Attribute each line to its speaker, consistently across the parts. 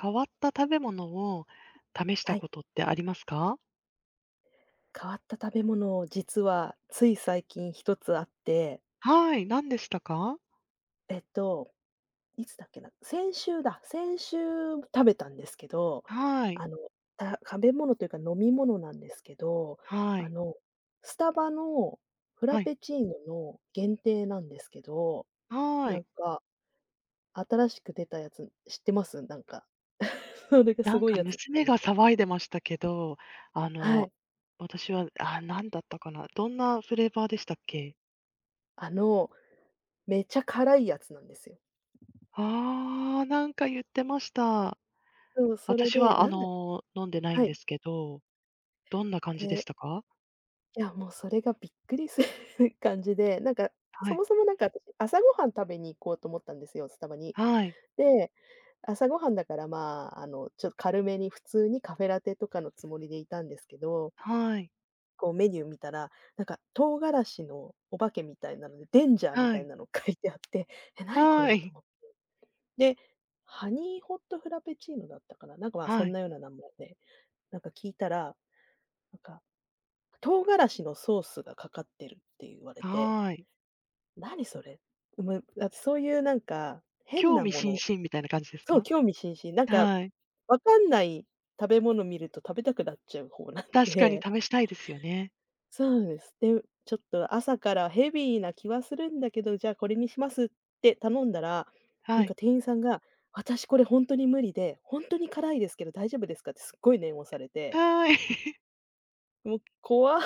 Speaker 1: 変わった食べ物を試し
Speaker 2: は
Speaker 1: た
Speaker 2: い、
Speaker 1: ことってありますか？
Speaker 2: 変わった食べ物、実はつい最近一つあって、
Speaker 1: はい、何でしたか？
Speaker 2: えっと、いつだっけな、先週食べたんですけど、
Speaker 1: はい、
Speaker 2: あの、食べ物というか飲み物なんですけど、
Speaker 1: は
Speaker 2: あ
Speaker 1: い、
Speaker 2: の、スタバのフラ
Speaker 1: はい、
Speaker 2: ペチーノの限定なんですけど、
Speaker 1: は
Speaker 2: な
Speaker 1: い。
Speaker 2: んか新しく出たやつ知ってます？それが
Speaker 1: な
Speaker 2: す
Speaker 1: ん
Speaker 2: ごい
Speaker 1: か
Speaker 2: やつだった
Speaker 1: 娘
Speaker 2: んで
Speaker 1: が
Speaker 2: すよ。
Speaker 1: 騒いでましたけど、あ
Speaker 2: は
Speaker 1: の、
Speaker 2: い。
Speaker 1: 私は、あなんだったかな、どんなフレーバーでしたっけ？
Speaker 2: あの、めっちゃ辛いやつなんですよ。
Speaker 1: ああ、なんか言ってました。
Speaker 2: そう、それ
Speaker 1: 私
Speaker 2: で、
Speaker 1: は、
Speaker 2: なんだ
Speaker 1: 飲んでない
Speaker 2: は
Speaker 1: んで
Speaker 2: い。
Speaker 1: すけど、どんな感じで
Speaker 2: で、
Speaker 1: したか？
Speaker 2: いや、もうそれがびっくりする 感じで、なんか、
Speaker 1: は
Speaker 2: そ
Speaker 1: い、
Speaker 2: もそもなんか私、朝ごはん食べに行こうと思ったんですよ、スタバに。
Speaker 1: はい、
Speaker 2: で、朝ごはんだから、まあ、ちょっと軽めに普通にカフェラテとかのつもりでいたんですけど、
Speaker 1: はい、
Speaker 2: こうメニュー見たら、なんか唐辛子のお化けみたいなので、デンジャーみ
Speaker 1: は
Speaker 2: たい
Speaker 1: い、
Speaker 2: なの書いてあって、え、何こ
Speaker 1: は
Speaker 2: れと
Speaker 1: い、
Speaker 2: 思って。で、ハニーホットフラペチーノだったかな、なんか、まあ、そ
Speaker 1: は
Speaker 2: ん
Speaker 1: い、
Speaker 2: なような名前で、なんか聞いたら、なんか、唐辛子のソースがかかってるって言われて
Speaker 1: はい。
Speaker 2: 何それ。もうだってそういうなんか、変
Speaker 1: 興
Speaker 2: な
Speaker 1: 味
Speaker 2: も
Speaker 1: 津
Speaker 2: の
Speaker 1: 々みたいな感じです
Speaker 2: そう、
Speaker 1: か？
Speaker 2: 興味津々。なんか、
Speaker 1: はい。
Speaker 2: わかんない食べ物見ると食べたくなっちゃう方なん
Speaker 1: 確かに
Speaker 2: で。
Speaker 1: 試したいですよね。
Speaker 2: そうです。で、ちょっと朝からヘビーな気はするんだけど、じゃあこれにしますって頼んだら、なん
Speaker 1: は
Speaker 2: か
Speaker 1: い。
Speaker 2: 店員さんが、私これ本当に無理で、本当に辛いですけど大丈夫ですかってすっごい念を押されて、
Speaker 1: はい。
Speaker 2: もう怖っ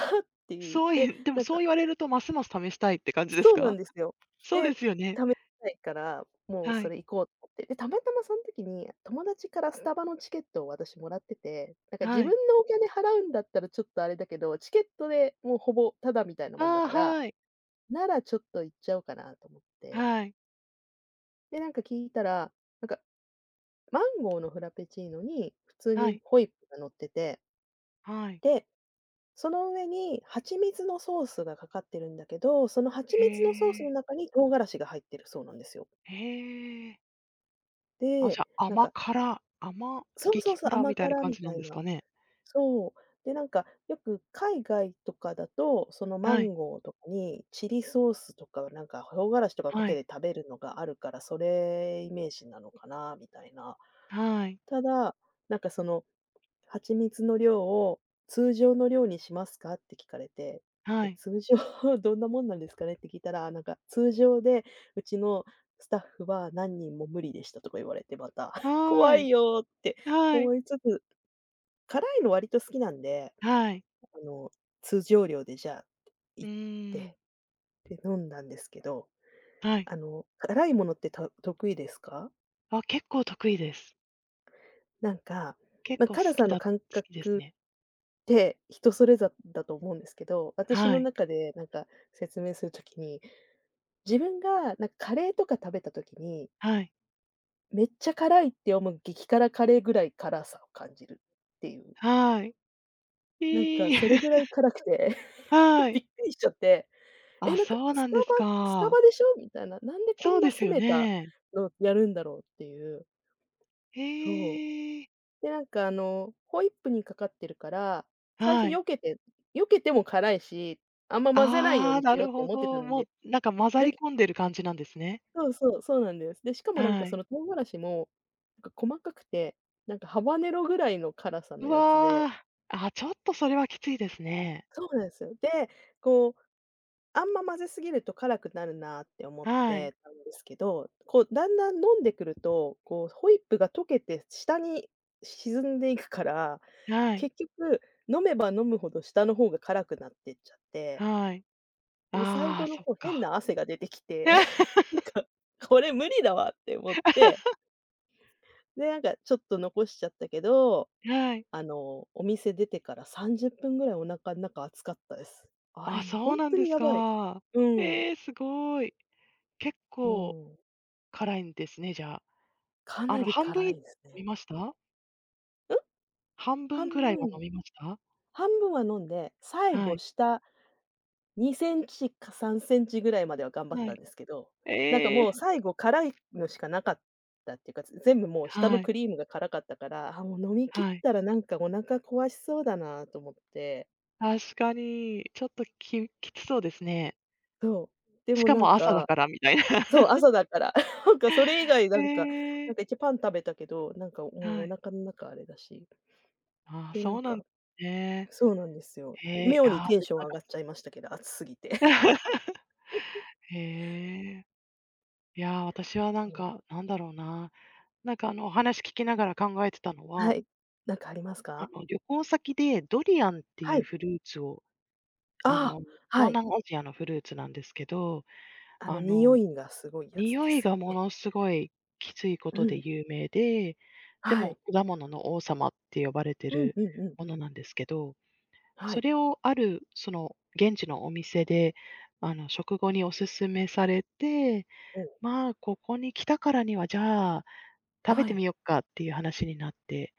Speaker 2: ていう。
Speaker 1: そう
Speaker 2: で、
Speaker 1: いでも
Speaker 2: なん
Speaker 1: そ
Speaker 2: か
Speaker 1: う言われるとますます試したいって感じです
Speaker 2: そうなん
Speaker 1: か？
Speaker 2: ですよ。
Speaker 1: そう
Speaker 2: で、
Speaker 1: ですよね。
Speaker 2: 貯めたいから、もう
Speaker 1: は
Speaker 2: そ
Speaker 1: い、
Speaker 2: れ行こうと思って。で、たまたまその時に、友達からスタバのチケットを私もらってて、なんか自
Speaker 1: は
Speaker 2: 分
Speaker 1: い。
Speaker 2: のお金払うんだったらちょっとあれだけど、チケットでもうほぼタダみたいなもんだ
Speaker 1: ああ、
Speaker 2: から、
Speaker 1: はい。
Speaker 2: ならちょっと行っちゃおうかなと思って。
Speaker 1: はい、
Speaker 2: で、なんか聞いたら、なんかマンゴーのフラペチーノに普通
Speaker 1: は
Speaker 2: に
Speaker 1: い、
Speaker 2: ホイップが乗ってて、
Speaker 1: はい。
Speaker 2: で、その上に蜂蜜のソースがかかってるんだけど、その蜂
Speaker 1: へ
Speaker 2: 蜜のソースの
Speaker 1: え、
Speaker 2: 中に唐辛子が入ってるそうなんですよ。
Speaker 1: へえ。あ、じ
Speaker 2: で、
Speaker 1: ゃあ、
Speaker 2: なん
Speaker 1: 甘
Speaker 2: か
Speaker 1: 辛、甘
Speaker 2: そうそう
Speaker 1: 激
Speaker 2: そう、
Speaker 1: 辛
Speaker 2: 甘
Speaker 1: みたいな
Speaker 2: 辛
Speaker 1: 感
Speaker 2: み
Speaker 1: じな
Speaker 2: た
Speaker 1: ん
Speaker 2: い
Speaker 1: です
Speaker 2: な。
Speaker 1: かね？
Speaker 2: そう。で、なんか、よく海外とかだと、そのマ
Speaker 1: はい、
Speaker 2: ンゴーとかにチリソースとか、なんか唐辛子とかか
Speaker 1: は
Speaker 2: け
Speaker 1: い、
Speaker 2: て食べるのがあるから、それイメージなのかなみたいな。
Speaker 1: はい、
Speaker 2: ただ、なんかその「蜂蜜の量を通常の量にしますか？」って聞かれて、
Speaker 1: は
Speaker 2: で、
Speaker 1: い、
Speaker 2: 通常 どんなもんなんですかねって聞いたら、なんか「通常で、うちのスタッフは何人も無理でした」とか言われてまた
Speaker 1: は
Speaker 2: 怖い
Speaker 1: い、
Speaker 2: よって
Speaker 1: はい、
Speaker 2: 思いつつ、辛いの割と好きなんで、
Speaker 1: はい。
Speaker 2: あの、通常量でじゃあ
Speaker 1: う
Speaker 2: 行っ
Speaker 1: ーん、
Speaker 2: て、で、飲んだんですけど、
Speaker 1: はい。
Speaker 2: 辛いものって、得意ですか？
Speaker 1: あ、結構得意です。
Speaker 2: なんか、
Speaker 1: 結
Speaker 2: まあ、
Speaker 1: 構好
Speaker 2: 辛さ
Speaker 1: き
Speaker 2: んの
Speaker 1: だ好
Speaker 2: 感
Speaker 1: きです
Speaker 2: 覚
Speaker 1: ね。
Speaker 2: って人それぞれだと思うんですけど、私
Speaker 1: は
Speaker 2: の
Speaker 1: い、
Speaker 2: 中でなんか説明するときに、自分がなんかカレーとか食べたときに、
Speaker 1: はい、
Speaker 2: めっちゃ辛いって思う激辛カレーぐらい辛さを感じるっていう、
Speaker 1: はい。
Speaker 2: なんか
Speaker 1: ええ、
Speaker 2: それぐらい 辛くて
Speaker 1: は
Speaker 2: び
Speaker 1: い。
Speaker 2: っくりしちゃって、え、
Speaker 1: あ、
Speaker 2: なんか
Speaker 1: そう
Speaker 2: ス
Speaker 1: なん
Speaker 2: タ
Speaker 1: です
Speaker 2: バスタ
Speaker 1: か。
Speaker 2: バでしょみたいな、なんでこ
Speaker 1: そ
Speaker 2: ん
Speaker 1: う
Speaker 2: な
Speaker 1: です
Speaker 2: 攻
Speaker 1: よ
Speaker 2: めた
Speaker 1: ね。
Speaker 2: のやるんだろうっていう、そ
Speaker 1: へえ、
Speaker 2: う。で、なんかホイップにかかってるから、最初
Speaker 1: は
Speaker 2: 避
Speaker 1: い。
Speaker 2: けて避けても辛いし、あんま混ぜないよう
Speaker 1: ああ、
Speaker 2: にし
Speaker 1: な
Speaker 2: よう
Speaker 1: る
Speaker 2: って
Speaker 1: ほ
Speaker 2: 思ってた
Speaker 1: ど。
Speaker 2: ん
Speaker 1: も
Speaker 2: で、
Speaker 1: うなんか混ざ
Speaker 2: だ
Speaker 1: り
Speaker 2: け
Speaker 1: 込んでる感じなんですね。
Speaker 2: そうそう、そうなんです。で、しかもなんか
Speaker 1: は
Speaker 2: そ
Speaker 1: い。
Speaker 2: の唐辛子も、なんか細かくて、なんかハバネロぐらいの辛さの
Speaker 1: う
Speaker 2: やつで
Speaker 1: わー、あ、ちょっとそれはきついですね。
Speaker 2: そうなんですよ。で、こうあんま混ぜすぎると辛くなるなって思っ
Speaker 1: はい、
Speaker 2: てたんですけど、こうだんだん飲んでくると、こうホイップが溶けて下に沈んでいくから、
Speaker 1: はい、
Speaker 2: 結局飲めば飲むほど下の方が辛くなってっちゃって、
Speaker 1: はい。
Speaker 2: で、最
Speaker 1: ああ、
Speaker 2: 後の
Speaker 1: そっ
Speaker 2: 方変
Speaker 1: か。
Speaker 2: な汗が出てきて、なんかこれ無理だわって思って、で、なんかちょっと残しちゃったけど、
Speaker 1: はい。
Speaker 2: お店出てから30分ぐらいお腹ん中熱かったです。あれ、
Speaker 1: あ、そ
Speaker 2: ほ
Speaker 1: う
Speaker 2: ん
Speaker 1: なん
Speaker 2: と
Speaker 1: で
Speaker 2: に
Speaker 1: す
Speaker 2: やばい。
Speaker 1: か。
Speaker 2: うん、
Speaker 1: えーすごい。結
Speaker 2: も
Speaker 1: 構
Speaker 2: う
Speaker 1: 辛いんですね、じゃあ。
Speaker 2: か
Speaker 1: あ
Speaker 2: な
Speaker 1: の、
Speaker 2: り
Speaker 1: 半分以上
Speaker 2: 辛
Speaker 1: 飲
Speaker 2: いですね。
Speaker 1: みました？
Speaker 2: うん？
Speaker 1: 半分ぐ
Speaker 2: 半
Speaker 1: らいは
Speaker 2: 分
Speaker 1: 飲
Speaker 2: を
Speaker 1: みました？
Speaker 2: 半分は飲んで、最
Speaker 1: は
Speaker 2: 後
Speaker 1: い、
Speaker 2: 下2センチか3センチぐらいまでは頑張っ
Speaker 1: は
Speaker 2: たん
Speaker 1: い。
Speaker 2: ですけど、なんか
Speaker 1: え
Speaker 2: もう
Speaker 1: え、
Speaker 2: 最後辛いのしかなかったっていうか、全部もう下の
Speaker 1: はい、
Speaker 2: クリームが辛かったから、あ、もう飲み切っ
Speaker 1: はい。
Speaker 2: たらなんかお腹壊しそうだなと思って。
Speaker 1: 確かに、ちょっとききつそうですね。
Speaker 2: そう。で
Speaker 1: し
Speaker 2: も
Speaker 1: か
Speaker 2: なん
Speaker 1: も朝だ
Speaker 2: か
Speaker 1: からみたいな。
Speaker 2: そう、朝だから、なんかそれ以外 なんか、
Speaker 1: え
Speaker 2: な
Speaker 1: え、
Speaker 2: んか一応パン食べたけど、なんかもう
Speaker 1: は
Speaker 2: お
Speaker 1: い。
Speaker 2: 腹の中あれだし、
Speaker 1: ああ、
Speaker 2: で、な
Speaker 1: そ
Speaker 2: ん
Speaker 1: うなん
Speaker 2: か
Speaker 1: ですね。
Speaker 2: そうなんですよ。
Speaker 1: へえ、い
Speaker 2: 妙
Speaker 1: や
Speaker 2: に
Speaker 1: ー
Speaker 2: テン
Speaker 1: で
Speaker 2: シ
Speaker 1: も
Speaker 2: ョン
Speaker 1: なん
Speaker 2: 上
Speaker 1: か
Speaker 2: がっちゃいましたけど、暑すぎて。
Speaker 1: へえ。いやー、私はな
Speaker 2: そ
Speaker 1: ん
Speaker 2: の
Speaker 1: か、なんだろうな、なんかお話聞きながら考えてたの
Speaker 2: は
Speaker 1: は、
Speaker 2: い。なんかあります
Speaker 1: あ
Speaker 2: か？
Speaker 1: の、旅行先でドリアンって
Speaker 2: は
Speaker 1: いう
Speaker 2: い。
Speaker 1: フルーツを、あ
Speaker 2: ああ、
Speaker 1: の、
Speaker 2: は
Speaker 1: 東
Speaker 2: い。
Speaker 1: 南アジアのフルーツなんですけど、あ
Speaker 2: 匂
Speaker 1: の
Speaker 2: いがすごいやつ
Speaker 1: 匂
Speaker 2: で
Speaker 1: い
Speaker 2: すよ
Speaker 1: がも
Speaker 2: ね。
Speaker 1: のすごいきついこ
Speaker 2: う
Speaker 1: とで
Speaker 2: ん。
Speaker 1: 有名で、で
Speaker 2: はい。
Speaker 1: も果物の王様って呼ばれて
Speaker 2: うん
Speaker 1: る
Speaker 2: うんうん。
Speaker 1: ものなんですけど、
Speaker 2: は
Speaker 1: そ
Speaker 2: い。
Speaker 1: れをあるその現地のお店で、食後にお勧めされて、
Speaker 2: おう
Speaker 1: まあ、ここに来たからには、じゃあ、食べ
Speaker 2: は
Speaker 1: てみ
Speaker 2: い。
Speaker 1: よっかっていう話になって、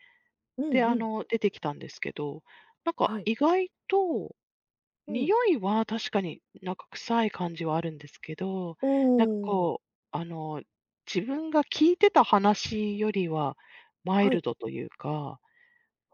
Speaker 2: うん
Speaker 1: で、
Speaker 2: う
Speaker 1: あ
Speaker 2: ん。
Speaker 1: の、出てきたんですけど、なんか
Speaker 2: はい。
Speaker 1: 意外と
Speaker 2: うん。
Speaker 1: 匂いは確かになんか臭い感じはあるんですけど、
Speaker 2: お
Speaker 1: なんか
Speaker 2: お、
Speaker 1: こう、あの、自分が聞いてた話よりはマイ
Speaker 2: は
Speaker 1: ル
Speaker 2: い。
Speaker 1: ドというか、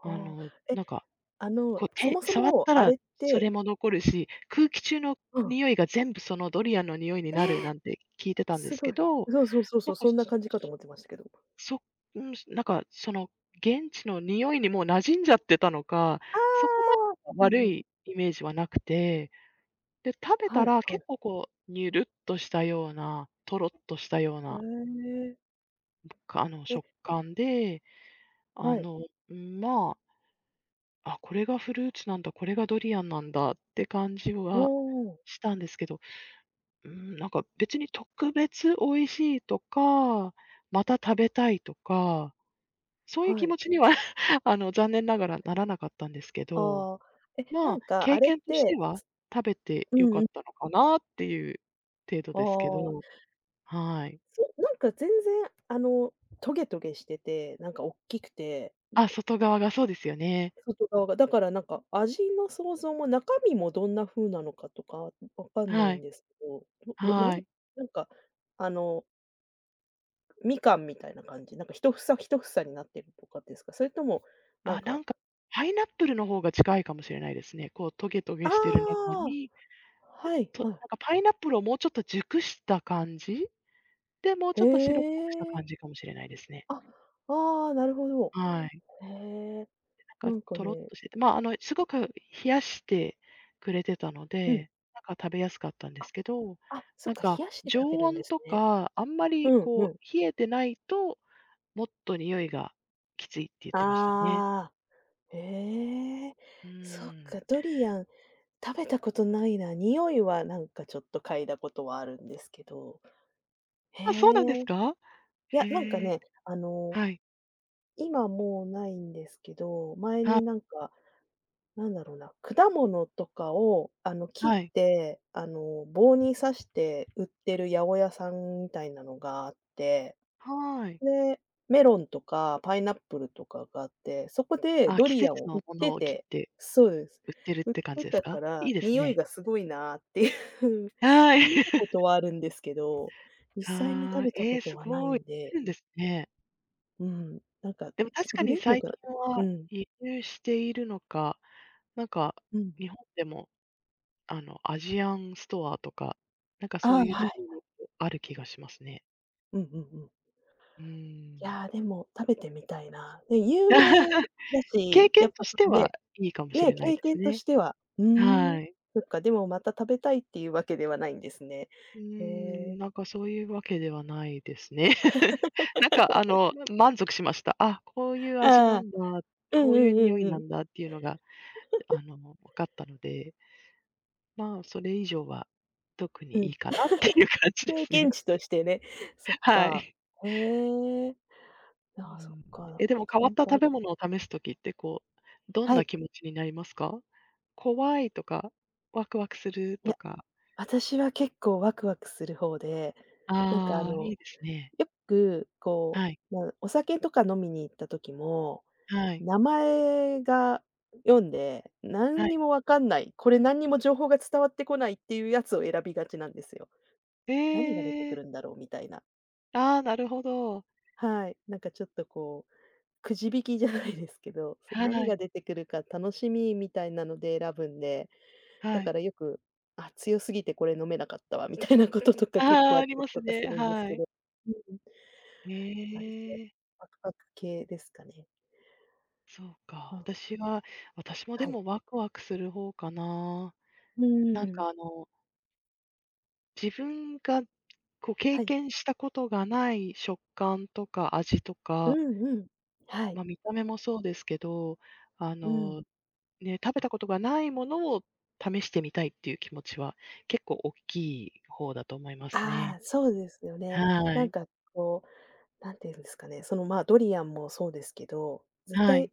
Speaker 1: あ
Speaker 2: あ、
Speaker 1: の、
Speaker 2: え、
Speaker 1: なんか、こう、
Speaker 2: そ
Speaker 1: 手
Speaker 2: もそ
Speaker 1: 触っ
Speaker 2: も
Speaker 1: た
Speaker 2: あ
Speaker 1: ら
Speaker 2: れっ
Speaker 1: そ
Speaker 2: て
Speaker 1: れも残るし、空気中の
Speaker 2: うん。
Speaker 1: 匂いが全部そのドリアンの匂いに
Speaker 2: え
Speaker 1: なる
Speaker 2: ー
Speaker 1: なんて聞いてたんで
Speaker 2: す
Speaker 1: す
Speaker 2: ご
Speaker 1: け
Speaker 2: い。
Speaker 1: ど、
Speaker 2: そうそうそう
Speaker 1: な
Speaker 2: そ
Speaker 1: ん
Speaker 2: う、
Speaker 1: か
Speaker 2: そ
Speaker 1: そ、
Speaker 2: んな感じかと思ってましたけど。
Speaker 1: そん、なんかその現地の匂いにもう馴染んじゃってたのか、
Speaker 2: あ
Speaker 1: そこま
Speaker 2: あ、
Speaker 1: で
Speaker 2: う
Speaker 1: 悪
Speaker 2: んうん。
Speaker 1: いイメージはなくてで、食べ
Speaker 2: は
Speaker 1: た
Speaker 2: い
Speaker 1: ら
Speaker 2: はい。
Speaker 1: 結構こう、にゅるっとしたような、とろっとしたよう
Speaker 2: へ
Speaker 1: な、
Speaker 2: え。
Speaker 1: かあの、
Speaker 2: え、
Speaker 1: 食感で、あ
Speaker 2: はい。
Speaker 1: の、まあ、あ、これがフルーツなんだ、これがドリアンなんだって感じ
Speaker 2: お
Speaker 1: は
Speaker 2: お、
Speaker 1: したんですけど、うーん、なんか別に特別美味しいとか、また食べたいとか、そういう気
Speaker 2: はい。
Speaker 1: 持ちには、あの、残念ながらならなかったんですけど、
Speaker 2: ああ、え、な
Speaker 1: まあ、
Speaker 2: んか
Speaker 1: 経
Speaker 2: あれっ
Speaker 1: 験として
Speaker 2: て
Speaker 1: は食べて
Speaker 2: う
Speaker 1: 良
Speaker 2: ん
Speaker 1: か
Speaker 2: う
Speaker 1: っ
Speaker 2: ん。
Speaker 1: たのかなっていう程度
Speaker 2: あ
Speaker 1: ですけ
Speaker 2: あ、
Speaker 1: ど、はい。
Speaker 2: そう、なんか全然トゲトゲしてて、なんかおっきくて、
Speaker 1: あ、外側がそうですよね。
Speaker 2: 外側が、だからなんか味の想像も中身もどんな風なのかとかわかんない
Speaker 1: は
Speaker 2: ん
Speaker 1: い、
Speaker 2: ですけど、どどなん
Speaker 1: はい。
Speaker 2: なんかあの、みかんみたいな感じ、なんか一房一房になってるとかですか？それとも、なん
Speaker 1: あ、な
Speaker 2: か
Speaker 1: んか、パイナップルの方が近いかもしれないですね。こうトゲト
Speaker 2: あ
Speaker 1: ゲしてる中
Speaker 2: あ、
Speaker 1: に、
Speaker 2: はい
Speaker 1: と
Speaker 2: はい。
Speaker 1: なんかパイナップルをもうちょっと熟した感じ？で、もうちょっと白っ
Speaker 2: へ
Speaker 1: ぽくした感じ
Speaker 2: え。
Speaker 1: かもしれないですね。
Speaker 2: あ、ああ、なるほど。
Speaker 1: はい。
Speaker 2: へえ、
Speaker 1: な
Speaker 2: な
Speaker 1: んか
Speaker 2: んか
Speaker 1: とろっ
Speaker 2: ね
Speaker 1: としてて、まあ、あの、すごく冷やしてくれてたの
Speaker 2: うん。
Speaker 1: で、なんか食べやすかったんで
Speaker 2: あ、
Speaker 1: すけど、
Speaker 2: あ、そっ
Speaker 1: なん
Speaker 2: か、
Speaker 1: か
Speaker 2: 冷やして
Speaker 1: 常
Speaker 2: 食べるんで
Speaker 1: 温
Speaker 2: す
Speaker 1: と
Speaker 2: ね。
Speaker 1: か、あんまり
Speaker 2: うん
Speaker 1: こ
Speaker 2: うん。
Speaker 1: う冷えてないと、もっと匂いがきついって言ってましたね。
Speaker 2: ああ、へえ、
Speaker 1: うー
Speaker 2: そっ
Speaker 1: ん。
Speaker 2: か、ドリアン、食べたことないな。匂いはなんかちょっと嗅いだことはあるんですけど。へ
Speaker 1: あ、そうなんです
Speaker 2: え。
Speaker 1: か？
Speaker 2: いや、なんか
Speaker 1: へえ、
Speaker 2: ね、
Speaker 1: はい。
Speaker 2: 今もうないんですけど、前
Speaker 1: は
Speaker 2: になんか、なんだろうな、果物とかを、切っ
Speaker 1: はい。
Speaker 2: て、棒に刺して売ってる八百屋さんみたいなのがあって
Speaker 1: はい。
Speaker 2: で、メロンとかパイナップルとかがあって、そこで
Speaker 1: あ、
Speaker 2: ド
Speaker 1: 季
Speaker 2: リアン
Speaker 1: 節
Speaker 2: を売っ
Speaker 1: のもの
Speaker 2: て
Speaker 1: を切っ
Speaker 2: て
Speaker 1: て
Speaker 2: そうです。
Speaker 1: 売ってるっ
Speaker 2: 売っ
Speaker 1: て感
Speaker 2: て
Speaker 1: じです
Speaker 2: た
Speaker 1: か？
Speaker 2: か
Speaker 1: い
Speaker 2: ら、
Speaker 1: いです
Speaker 2: 匂い
Speaker 1: ね。
Speaker 2: がすごいなっていう。
Speaker 1: はい。
Speaker 2: で、見たこ とはあるんですけど、実際に食
Speaker 1: ああ、
Speaker 2: べた
Speaker 1: え
Speaker 2: こ
Speaker 1: え、
Speaker 2: と
Speaker 1: す
Speaker 2: はない
Speaker 1: ごい。
Speaker 2: ん
Speaker 1: 出
Speaker 2: で、
Speaker 1: るんですね。
Speaker 2: うん、なんか
Speaker 1: でも確か
Speaker 2: 売れ
Speaker 1: に
Speaker 2: んの
Speaker 1: 最
Speaker 2: かな
Speaker 1: 近
Speaker 2: う
Speaker 1: は
Speaker 2: ん、
Speaker 1: 輸入しているのか、なんか
Speaker 2: うん。
Speaker 1: 日本でも、あの、アジアンストアとか、なんかそ
Speaker 2: あ
Speaker 1: う
Speaker 2: あ、
Speaker 1: いう
Speaker 2: は
Speaker 1: と
Speaker 2: い。
Speaker 1: ころにある気がしますね。
Speaker 2: うんうんうん。
Speaker 1: うー
Speaker 2: い
Speaker 1: ん。
Speaker 2: や、でも食べてみたいな。で、有名 だ
Speaker 1: 経
Speaker 2: し、や
Speaker 1: 験
Speaker 2: っ
Speaker 1: と
Speaker 2: ぱ
Speaker 1: し
Speaker 2: そ
Speaker 1: て
Speaker 2: の
Speaker 1: は
Speaker 2: ね
Speaker 1: いいかもし
Speaker 2: ね、
Speaker 1: れない
Speaker 2: 経
Speaker 1: で
Speaker 2: 験
Speaker 1: す
Speaker 2: と
Speaker 1: ね。
Speaker 2: しては。うーん。
Speaker 1: はい。
Speaker 2: そっか、でもまた食べたいっていうわけではないんですね。
Speaker 1: うー
Speaker 2: へえ。
Speaker 1: ん、なんかそういうわけではないですね。なんか満足しました。あ、こういう味な
Speaker 2: ああ、
Speaker 1: んだ、
Speaker 2: うん
Speaker 1: こ
Speaker 2: う
Speaker 1: ういう
Speaker 2: んう
Speaker 1: 匂
Speaker 2: ん
Speaker 1: い
Speaker 2: う
Speaker 1: な
Speaker 2: ん。
Speaker 1: んだっていうのが、あの、分かったので、まあ、それ以上は特
Speaker 2: う
Speaker 1: にい
Speaker 2: ん。
Speaker 1: いかなっていう感じで
Speaker 2: 経
Speaker 1: す
Speaker 2: 験
Speaker 1: ね。
Speaker 2: 値としてね。そっ
Speaker 1: は
Speaker 2: か。
Speaker 1: い。
Speaker 2: へえ。
Speaker 1: う
Speaker 2: ああ、そっ
Speaker 1: ん。
Speaker 2: か。
Speaker 1: え、で
Speaker 2: あ
Speaker 1: も
Speaker 2: と
Speaker 1: 変わ
Speaker 2: な
Speaker 1: っ
Speaker 2: ん
Speaker 1: た
Speaker 2: かあ
Speaker 1: 食
Speaker 2: る？
Speaker 1: べ物を試す時って、こう、どん
Speaker 2: は
Speaker 1: な
Speaker 2: い。
Speaker 1: 気持ちになりますか？怖いとか、ワクワクする
Speaker 2: い
Speaker 1: と
Speaker 2: や、
Speaker 1: か。
Speaker 2: 私は結構ワクワクする方で、なんか
Speaker 1: ああ、いいですね。
Speaker 2: よく、こ
Speaker 1: はい、
Speaker 2: う、まあ、お酒とか飲みに行った時も、
Speaker 1: はい、
Speaker 2: 名前が読んで、
Speaker 1: は
Speaker 2: 何に
Speaker 1: い。
Speaker 2: も分かんない、これ何にも情報が伝わってこないっていうやつを選びがちなんですよ。
Speaker 1: え
Speaker 2: 何が出てく
Speaker 1: え。
Speaker 2: るんだろうみたいな。
Speaker 1: ああ、なるほど。
Speaker 2: はい。なんかちょっとこう、くじ引きじゃないですけど、それ
Speaker 1: は
Speaker 2: 何が
Speaker 1: い。
Speaker 2: 出てくるか楽しみみたいなので選ぶんで、だ
Speaker 1: は
Speaker 2: か
Speaker 1: い。
Speaker 2: らよく、あ、強すぎてこれ飲めなかったわみたいなこととか結構
Speaker 1: ああ、
Speaker 2: あっ
Speaker 1: あり
Speaker 2: た
Speaker 1: ま
Speaker 2: り
Speaker 1: す
Speaker 2: とかす
Speaker 1: ね。
Speaker 2: るんです
Speaker 1: は
Speaker 2: け
Speaker 1: い。
Speaker 2: ど。うん。
Speaker 1: え
Speaker 2: 割と
Speaker 1: え、
Speaker 2: パクパク系ですかね。
Speaker 1: そうか。
Speaker 2: うん、
Speaker 1: 私は私もで
Speaker 2: はい。
Speaker 1: もワクワクする方かな。
Speaker 2: う
Speaker 1: なん
Speaker 2: ー
Speaker 1: か
Speaker 2: ん。
Speaker 1: あの、自分がこう経
Speaker 2: はい。
Speaker 1: 験したことがない食感とか味と
Speaker 2: う
Speaker 1: か、
Speaker 2: んうん。はい。
Speaker 1: ま、見た目もそうですけど、あ
Speaker 2: うん。
Speaker 1: の、ね、食べたことがないものを試してみたいっていう気持ちは結構大きい方だと思いますね。
Speaker 2: ああ、そうですよね。
Speaker 1: は
Speaker 2: なん
Speaker 1: い。
Speaker 2: かこう、なんていうんですかね、その、ま、ドリアンもそうですけど、絶
Speaker 1: はい。
Speaker 2: 対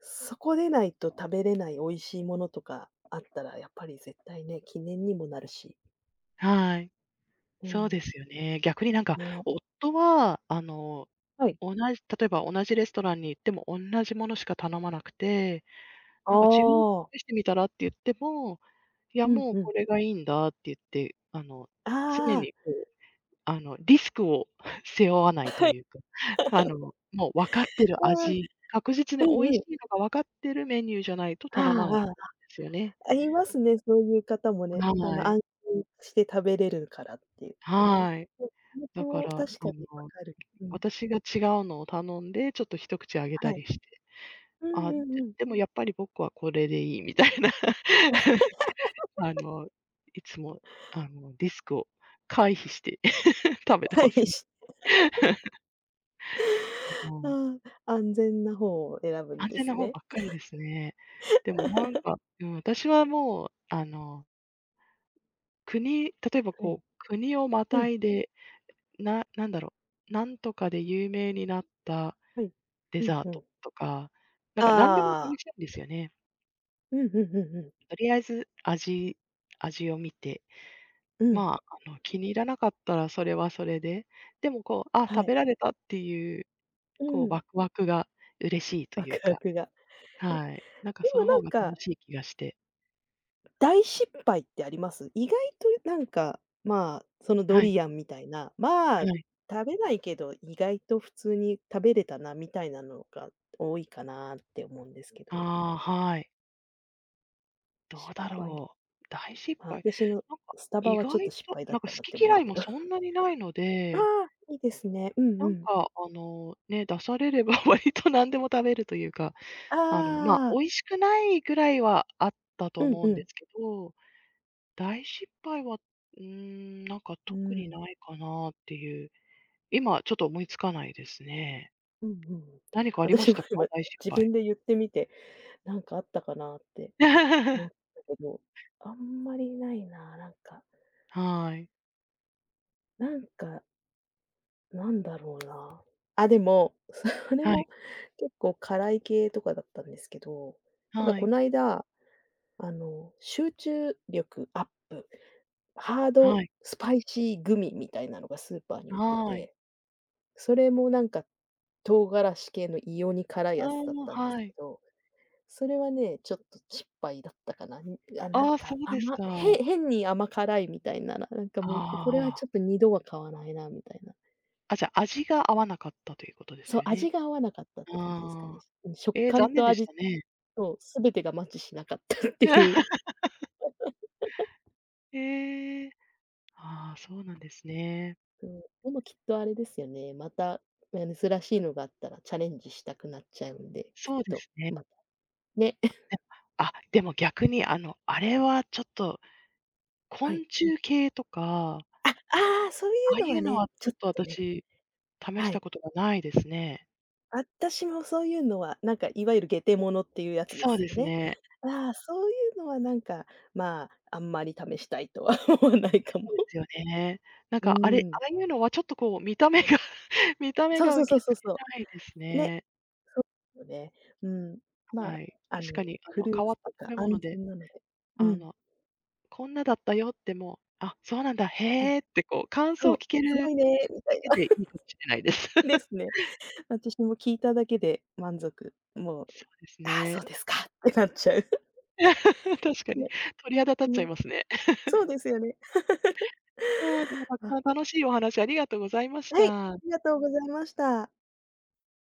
Speaker 2: そこでないと食べれない美味しいものとかあったら、やっぱり絶対ね、記念にもなるし。
Speaker 1: はい。
Speaker 2: う
Speaker 1: そう
Speaker 2: ん。
Speaker 1: ですよね。逆になんか、
Speaker 2: ね。
Speaker 1: 夫は、あの、
Speaker 2: はい。
Speaker 1: 同じ例えば同じレストランに行っても同じものしか頼まなくて、
Speaker 2: あ
Speaker 1: なんか違うの
Speaker 2: あ。
Speaker 1: 試してみたらって言っても、いや、
Speaker 2: うん
Speaker 1: もう
Speaker 2: う
Speaker 1: こ
Speaker 2: ん。
Speaker 1: れがいいんだって言って、あの、
Speaker 2: あ
Speaker 1: 常
Speaker 2: あ。
Speaker 1: にこう、あの、リスクを 背負わないというか、あの、もう分かってる
Speaker 2: ああ、
Speaker 1: 味、確実
Speaker 2: う
Speaker 1: に
Speaker 2: ん
Speaker 1: 美
Speaker 2: う
Speaker 1: 味し
Speaker 2: ん。
Speaker 1: いのが分かってるメニューじゃないと
Speaker 2: あ
Speaker 1: 頼まないん
Speaker 2: あ
Speaker 1: で
Speaker 2: ああ。
Speaker 1: すよね。
Speaker 2: ありますね、そういう方もね。あ
Speaker 1: は
Speaker 2: の、
Speaker 1: い。
Speaker 2: 安心して食べれるからって言ってね。
Speaker 1: はい。
Speaker 2: うん、気持ち
Speaker 1: だか
Speaker 2: も
Speaker 1: ら、
Speaker 2: 確かにわ
Speaker 1: の
Speaker 2: かる。うん。
Speaker 1: 私が違うのを頼んで、ちょっと一口あげ
Speaker 2: は
Speaker 1: た
Speaker 2: い。
Speaker 1: りして、
Speaker 2: うん
Speaker 1: あ、で
Speaker 2: うんうん。
Speaker 1: でもやっぱり僕はこれでいいみたいな あの、いつも、あの、リスクを回避して 食べて
Speaker 2: は
Speaker 1: ます
Speaker 2: い。
Speaker 1: ね。
Speaker 2: し
Speaker 1: もう
Speaker 2: あ安全な方を選ぶん
Speaker 1: 安
Speaker 2: で
Speaker 1: 全
Speaker 2: す
Speaker 1: な方
Speaker 2: ね。
Speaker 1: ばっかりですね。でもなんか、うん、私はもう、あの、国例えば
Speaker 2: はい。
Speaker 1: こう、国をま
Speaker 2: うん、
Speaker 1: たいで、ななんだろう、なんとかで有名になった
Speaker 2: はい。
Speaker 1: デ
Speaker 2: うん
Speaker 1: ザー
Speaker 2: う
Speaker 1: ト
Speaker 2: ん。
Speaker 1: とか、なんか何でも
Speaker 2: ああ、
Speaker 1: 試したいんですよね。
Speaker 2: うんうんうんうん。
Speaker 1: とりあえず味を見て、
Speaker 2: うん、
Speaker 1: まあ、あの、気に入らなかったらそれはそれで、でもこう、あ、
Speaker 2: は
Speaker 1: 食
Speaker 2: い。
Speaker 1: べられたっていう、
Speaker 2: う
Speaker 1: こう
Speaker 2: ん、
Speaker 1: ワクワクが嬉しいと
Speaker 2: ワ
Speaker 1: い
Speaker 2: ク
Speaker 1: う
Speaker 2: ワ
Speaker 1: か、
Speaker 2: クが。え、で
Speaker 1: はい。なんかそ
Speaker 2: も
Speaker 1: の
Speaker 2: な
Speaker 1: 方
Speaker 2: ん
Speaker 1: が
Speaker 2: か
Speaker 1: 楽しい気がして。
Speaker 2: 大失敗ってあります？意外となんか、まあ、そのド
Speaker 1: はい、
Speaker 2: リアンみたいな、まあ、
Speaker 1: はい。
Speaker 2: 食べないけど、意外と普通に食べれたなみたいなのが多いかなって思うんですけど、
Speaker 1: ああ、はい。ど
Speaker 2: 失
Speaker 1: うだ
Speaker 2: 敗、
Speaker 1: ろう。大失
Speaker 2: まあ、
Speaker 1: 敗。
Speaker 2: 私の
Speaker 1: なんか
Speaker 2: スタバ
Speaker 1: 意
Speaker 2: はちょっと
Speaker 1: 外
Speaker 2: 失
Speaker 1: と、
Speaker 2: 敗だっ
Speaker 1: なんか
Speaker 2: た
Speaker 1: 好
Speaker 2: なって
Speaker 1: き
Speaker 2: 思う
Speaker 1: 嫌い
Speaker 2: け
Speaker 1: も
Speaker 2: ど。
Speaker 1: そん なにないの
Speaker 2: あ
Speaker 1: で、
Speaker 2: あ、いいですね。うん
Speaker 1: な
Speaker 2: う
Speaker 1: ん
Speaker 2: ん。
Speaker 1: かね、出されれば 割と何でも食べるというか
Speaker 2: あ
Speaker 1: あの、まあ、
Speaker 2: あ、
Speaker 1: 美味しくないぐらいはあったと
Speaker 2: うん
Speaker 1: 思
Speaker 2: う
Speaker 1: うんで
Speaker 2: ん。
Speaker 1: すけど、大失敗は、うーん、なんか
Speaker 2: う
Speaker 1: 特に
Speaker 2: ん。
Speaker 1: ないかなっていう、今ちょっと思いつかないですね。
Speaker 2: うんうん。
Speaker 1: 何かありま
Speaker 2: 私
Speaker 1: し
Speaker 2: も
Speaker 1: たか？
Speaker 2: 今
Speaker 1: 大失
Speaker 2: 自
Speaker 1: 敗。
Speaker 2: 分で言ってみて、なんかあったかなって 思ったけど、あんまりないな、なんか。
Speaker 1: はい。
Speaker 2: なんか、なんだろうな。あ、でも、それ
Speaker 1: は
Speaker 2: も
Speaker 1: い。
Speaker 2: 結構辛い系とかだったんですけど、なんか
Speaker 1: は
Speaker 2: こ
Speaker 1: い。
Speaker 2: ないだ、あの、集中力アップ、ハード
Speaker 1: はい。
Speaker 2: スパイシーグミみたいなのがスーパーに売って
Speaker 1: はい。
Speaker 2: て、それもなんか唐辛子系の異様に辛い
Speaker 1: あ
Speaker 2: やつだっ
Speaker 1: あ、
Speaker 2: たんです
Speaker 1: はい。
Speaker 2: けど、それはね、ちょっと失敗だったかな。にあ、なん
Speaker 1: ああ、そ
Speaker 2: か
Speaker 1: うです
Speaker 2: 甘
Speaker 1: か。
Speaker 2: へ変に甘辛いみたいな、ななんか
Speaker 1: あ
Speaker 2: もう、これはちょ
Speaker 1: あ。
Speaker 2: っと二度は買わないなみたいな。
Speaker 1: あ、じゃあ、味が合わなかったということで
Speaker 2: そ
Speaker 1: す
Speaker 2: う、
Speaker 1: よ
Speaker 2: 味
Speaker 1: ね。
Speaker 2: が合わなかったって感じですかね。
Speaker 1: ああ。
Speaker 2: うん、食
Speaker 1: えー
Speaker 2: 感
Speaker 1: 残念
Speaker 2: と
Speaker 1: でし
Speaker 2: 味
Speaker 1: たね。
Speaker 2: と全てがマッチしなかった っていう。
Speaker 1: ええ。ああ、そうなんですね。
Speaker 2: うん、でもきっとあれですよね、また、ね、珍しいのがあったらチャレンジしたくなっちゃうんで、きっ
Speaker 1: そうで
Speaker 2: と、
Speaker 1: すね。
Speaker 2: また、ね。
Speaker 1: であ、でも逆にあの、あれはちょっと
Speaker 2: は
Speaker 1: 昆
Speaker 2: い。
Speaker 1: 虫系とか、
Speaker 2: あ、ああ、そうい
Speaker 1: あ
Speaker 2: う
Speaker 1: あい
Speaker 2: のは
Speaker 1: うの
Speaker 2: ね。
Speaker 1: はち
Speaker 2: ち
Speaker 1: ょ
Speaker 2: ょっ
Speaker 1: っ
Speaker 2: と
Speaker 1: と
Speaker 2: ね、
Speaker 1: 私、試
Speaker 2: は
Speaker 1: した
Speaker 2: い。
Speaker 1: ことがないですね。
Speaker 2: 私もそういうのは、なんかいわゆる下手者っていうやつで
Speaker 1: そう
Speaker 2: す
Speaker 1: で
Speaker 2: よ
Speaker 1: す
Speaker 2: ね。
Speaker 1: ね。
Speaker 2: ああ、そういうのはなんか、まあ、あんまり試したいとは 思わない
Speaker 1: そ
Speaker 2: かも。
Speaker 1: うですよね。なん
Speaker 2: う
Speaker 1: かあれあ
Speaker 2: ん。
Speaker 1: あいうのはちょっとこう見た目が 見た目
Speaker 2: そう
Speaker 1: が
Speaker 2: そう
Speaker 1: 受
Speaker 2: そう
Speaker 1: け
Speaker 2: そう
Speaker 1: 付け
Speaker 2: そ
Speaker 1: ないです
Speaker 2: う。ね。
Speaker 1: ね。
Speaker 2: そうですよね。うん。まあ、
Speaker 1: はい。
Speaker 2: あの、
Speaker 1: 確かにあ
Speaker 2: フ
Speaker 1: の、
Speaker 2: ルー
Speaker 1: 変わ
Speaker 2: ツ
Speaker 1: った
Speaker 2: と
Speaker 1: 食
Speaker 2: か
Speaker 1: べ
Speaker 2: 安
Speaker 1: 物で、
Speaker 2: 全なので。う
Speaker 1: あ
Speaker 2: ん。
Speaker 1: の、こんなだったよってもう、あ、そうなんだ、
Speaker 2: はい。
Speaker 1: へーってこう感想
Speaker 2: そ
Speaker 1: を
Speaker 2: う。
Speaker 1: 聞け
Speaker 2: す
Speaker 1: る
Speaker 2: ごいね、みた
Speaker 1: だ
Speaker 2: いな。
Speaker 1: けでいい かもしれないです。
Speaker 2: です ね。私も聞いただけで満足。もう、
Speaker 1: そうです
Speaker 2: ああ、そ
Speaker 1: ね。
Speaker 2: うですかってなっちゃう。
Speaker 1: 確かに。
Speaker 2: ね、
Speaker 1: 鳥肌立っちゃい
Speaker 2: ね。
Speaker 1: ますね。
Speaker 2: そうですよね。
Speaker 1: ああ、でもたくさ
Speaker 2: あ、
Speaker 1: ん楽しいお話ありがとうございまし
Speaker 2: はい、あ
Speaker 1: た。
Speaker 2: りがとうございました。